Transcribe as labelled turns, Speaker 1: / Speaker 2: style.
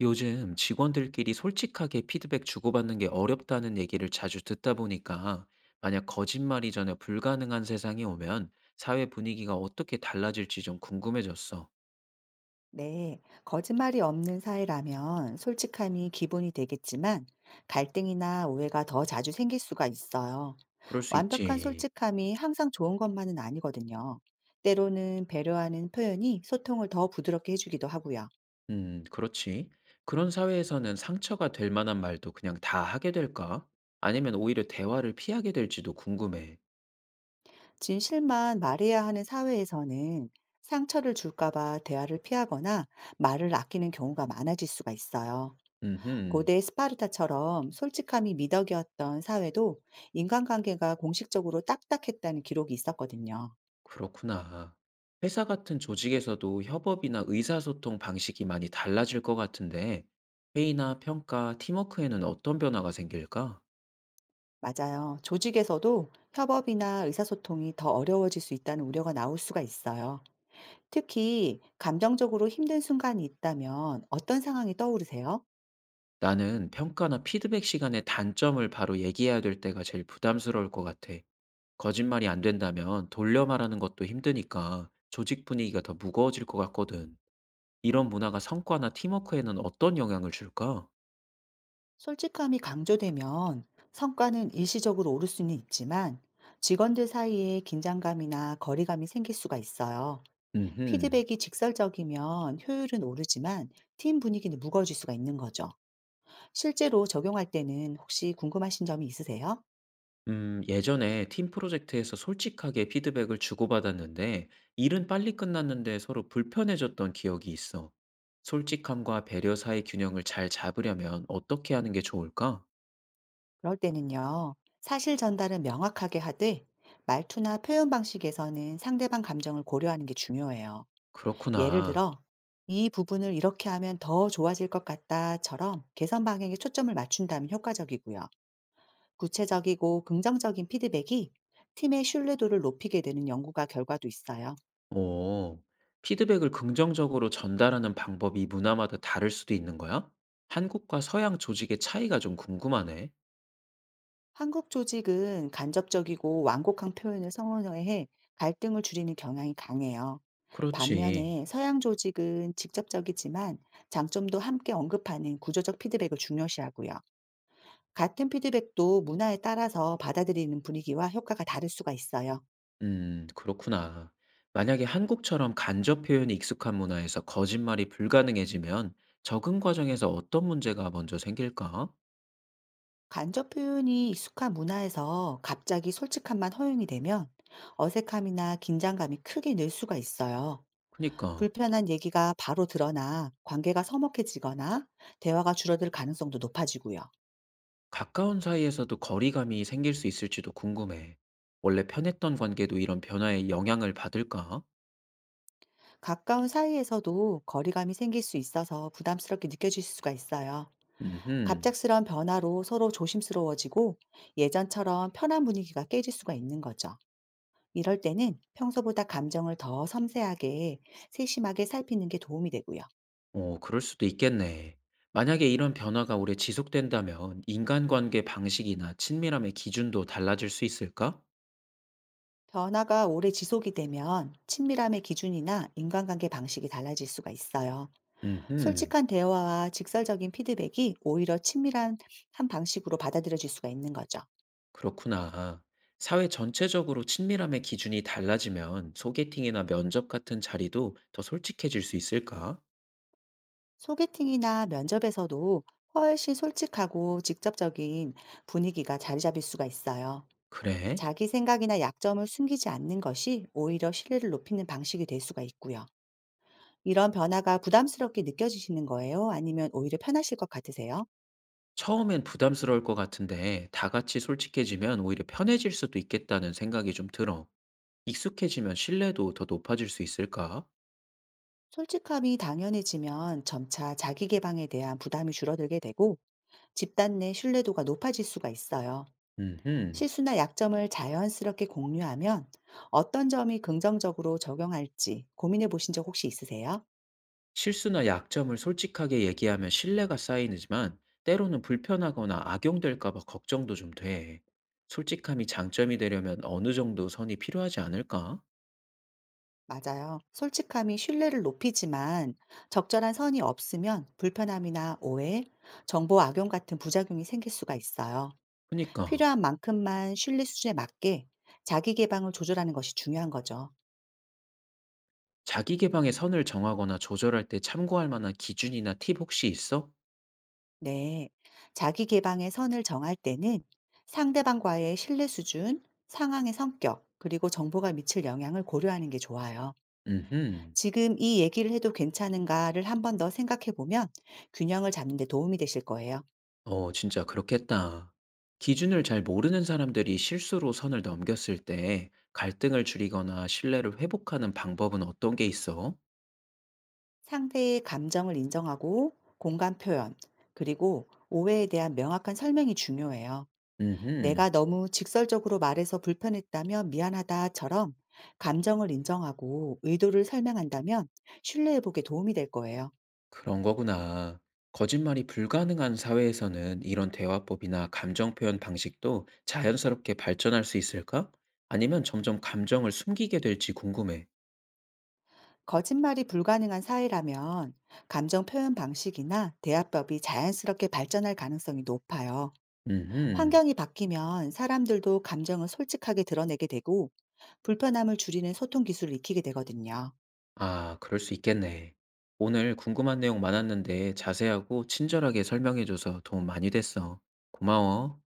Speaker 1: 요즘 직원들끼리 솔직하게 피드백 주고받는 게 어렵다는 얘기를 자주 듣다 보니까 만약 거짓말이 전혀 불가능한 세상이 오면 사회 분위기가 어떻게 달라질지 좀 궁금해졌어.
Speaker 2: 네, 거짓말이 없는 사이라면 솔직함이 기본이 되겠지만 갈등이나 오해가 더 자주 생길 수가 있어요.
Speaker 1: 그럴 수
Speaker 2: 완벽한
Speaker 1: 있지.
Speaker 2: 솔직함이 항상 좋은 것만은 아니거든요. 때로는 배려하는 표현이 소통을 더 부드럽게 해주기도 하고요.
Speaker 1: 그렇지. 그런 사회에서는 상처가 될 만한 말도 그냥 다 하게 될까? 아니면 오히려 대화를 피하게 될지도 궁금해.
Speaker 2: 진실만 말해야 하는 사회에서는 상처를 줄까봐 대화를 피하거나 말을 아끼는 경우가 많아질 수가 있어요.
Speaker 1: 음흠.
Speaker 2: 고대 스파르타처럼 솔직함이 미덕이었던 사회도 인간관계가 공식적으로 딱딱했다는 기록이 있었거든요.
Speaker 1: 그렇구나. 회사 같은 조직에서도 협업이나 의사소통 방식이 많이 달라질 것 같은데, 회의나 평가, 팀워크에는 어떤 변화가 생길까?
Speaker 2: 맞아요. 조직에서도 협업이나 의사소통이 더 어려워질 수 있다는 우려가 나올 수가 있어요. 특히 감정적으로 힘든 순간이 있다면 어떤 상황이 떠오르세요?
Speaker 1: 나는 평가나 피드백 시간의 단점을 바로 얘기해야 될 때가 제일 부담스러울 것 같아. 거짓말이 안 된다면 돌려 말하는 것도 힘드니까 조직 분위기가 더 무거워질 것 같거든. 이런 문화가 성과나 팀워크에는 어떤 영향을 줄까?
Speaker 2: 솔직함이 강조되면 성과는 일시적으로 오를 수는 있지만 직원들 사이에 긴장감이나 거리감이 생길 수가 있어요.
Speaker 1: 음흠.
Speaker 2: 피드백이 직설적이면 효율은 오르지만 팀 분위기는 무거워질 수가 있는 거죠. 실제로 적용할 때는 혹시 궁금하신 점이 있으세요?
Speaker 1: 예전에 팀 프로젝트에서 솔직하게 피드백을 주고받았는데, 일은 빨리 끝났는데 서로 불편해졌던 기억이 있어. 솔직함과 배려 사이 균형을 잘 잡으려면 어떻게 하는 게 좋을까?
Speaker 2: 그럴 때는요. 사실 전달은 명확하게 하되 말투나 표현 방식에서는 상대방 감정을 고려하는 게 중요해요. 예를
Speaker 1: 그렇구나.
Speaker 2: 들어 이 부분을 이렇게 하면 더 좋아질 것 같다처럼 개선 방향에 초점을 맞춘다면 효과적이고요. 구체적이고 긍정적인 피드백이 팀의 신뢰도를 높이게 되는 연구가 결과도 있어요.
Speaker 1: 오, 피드백을 긍정적으로 전달하는 방법이 문화마다 다를 수도 있는 거야? 한국과 서양 조직의 차이가 좀 궁금하네.
Speaker 2: 한국 조직은 간접적이고 완곡한 표현을 선호해 갈등을 줄이는 경향이 강해요.
Speaker 1: 그렇지.
Speaker 2: 반면에 서양 조직은 직접적이지만 장점도 함께 언급하는 구조적 피드백을 중요시하고요. 같은 피드백도 문화에 따라서 받아들이는 분위기와 효과가 다를 수가 있어요.
Speaker 1: 그렇구나. 만약에 한국처럼 간접 표현이 익숙한 문화에서 거짓말이 불가능해지면 적응 과정에서 어떤 문제가 먼저 생길까?
Speaker 2: 간접 표현이 익숙한 문화에서 갑자기 솔직함만 허용이 되면 어색함이나 긴장감이 크게 늘 수가 있어요.
Speaker 1: 그니까,
Speaker 2: 불편한 얘기가 바로 드러나 관계가 서먹해지거나 대화가 줄어들 가능성도 높아지고요.
Speaker 1: 가까운 사이에서도 거리감이 생길 수 있을지도 궁금해. 원래 편했던 관계도 이런 변화에 영향을 받을까?
Speaker 2: 가까운 사이에서도 거리감이 생길 수 있어서 부담스럽게 느껴질 수가 있어요. 갑작
Speaker 1: 음,
Speaker 2: 스런 변화로 서로 조심스러워지고 예전처럼 편한 분위기가 깨질 수가 있는 거죠. 이럴 때는 평소보다 감정을 더 섬세하게 세심하게 살피는 게 도움이 되고요.
Speaker 1: 어, 그럴 수도 있겠네. 만약에 이런 변화가 오래 지속된다면 인간관계 방식이나 친밀함의 기준도 달라질 수 있을까?
Speaker 2: 변화가 오래 지속이 되면 친밀함의 기준이나 인간관계 방식이 달라질 수가 있어요.
Speaker 1: 음,
Speaker 2: 솔직한 대화와 직설적인 피드백이 오히려 친밀한 한 방식으로 받아들여질 수가 있는 거죠.
Speaker 1: 그렇구나. 사회 전체적으로 친밀함의 기준이 달라지면 소개팅이나 면접 같은 자리도 더 솔직해질 수 있을까?
Speaker 2: 소개팅이나 면접에서도 훨씬 솔직하고 직접적인 분위기가 자리 잡을 수가 있어요.
Speaker 1: 그래?
Speaker 2: 자기 생각이나 약점을 숨기지 않는 것이 오히려 신뢰를 높이는 방식이 될 수가 있고요. 이런 변화가 부담스럽게 느껴지시는 거예요? 아니면 오히려 편하실 것 같으세요?
Speaker 1: 처음엔 부담스러울 것 같은데 다 같이 솔직해지면 오히려 편해질 수도 있겠다는 생각이 좀 들어. 익숙해지면 신뢰도 더 높아질 수 있을까?
Speaker 2: 솔직함이 당연해지면 점차 자기 개방에 대한 부담이 줄어들게 되고 집단 내 신뢰도가 높아질 수가 있어요.
Speaker 1: 음,
Speaker 2: 실수나 약점을 자연스럽게 공유하면 어떤 점이 긍정적으로 적용할지 고민해 보신 적 혹시 있으세요?
Speaker 1: 실수나 약점을 솔직하게 얘기하면 신뢰가 쌓이지만 때로는 불편하거나 악용될까 봐 걱정도 좀 돼. 솔직함이 장점이 되려면 어느 정도 선이 필요하지 않을까?
Speaker 2: 맞아요. 솔직함이 신뢰를 높이지만 적절한 선이 없으면 불편함이나 오해, 정보 악용 같은 부작용이 생길 수가 있어요.
Speaker 1: 그니까.
Speaker 2: 필요한 만큼만 신뢰 수준에 맞게 자기 개방을 조절하는 것이 중요한 거죠.
Speaker 1: 자기 개방의 선을 정하거나 조절할 때 참고할 만한 기준이나 팁 혹시 있어?
Speaker 2: 네. 자기 개방의 선을 정할 때는 상대방과의 신뢰 수준, 상황의 성격, 그리고 정보가 미칠 영향을 고려하는 게 좋아요.
Speaker 1: 음흠.
Speaker 2: 지금 이 얘기를 해도 괜찮은가를 한번 더 생각해 보면 균형을 잡는 데 도움이 되실 거예요.
Speaker 1: 어, 진짜 그렇겠다. 기준을 잘 모르는 사람들이 실수로 선을 넘겼을 때 갈등을 줄이거나 신뢰를 회복하는 방법은 어떤 게 있어?
Speaker 2: 상대의 감정을 인정하고 공감 표현, 그리고 오해에 대한 명확한 설명이 중요해요.
Speaker 1: 음흠.
Speaker 2: 내가 너무 직설적으로 말해서 불편했다면 미안하다처럼 감정을 인정하고 의도를 설명한다면 신뢰회복에 도움이 될 거예요.
Speaker 1: 그런 거구나. 거짓말이 불가능한 사회에서는 이런 대화법이나 감정 표현 방식도 자연스럽게 발전할 수 있을까? 아니면 점점 감정을 숨기게 될지 궁금해.
Speaker 2: 거짓말이 불가능한 사회라면 감정 표현 방식이나 대화법이 자연스럽게 발전할 가능성이 높아요.
Speaker 1: 음흠.
Speaker 2: 환경이 바뀌면 사람들도 감정을 솔직하게 드러내게 되고 불편함을 줄이는 소통 기술을 익히게 되거든요.
Speaker 1: 아, 그럴 수 있겠네. 오늘 궁금한 내용 많았는데 자세하고 친절하게 설명해줘서 도움 많이 됐어. 고마워.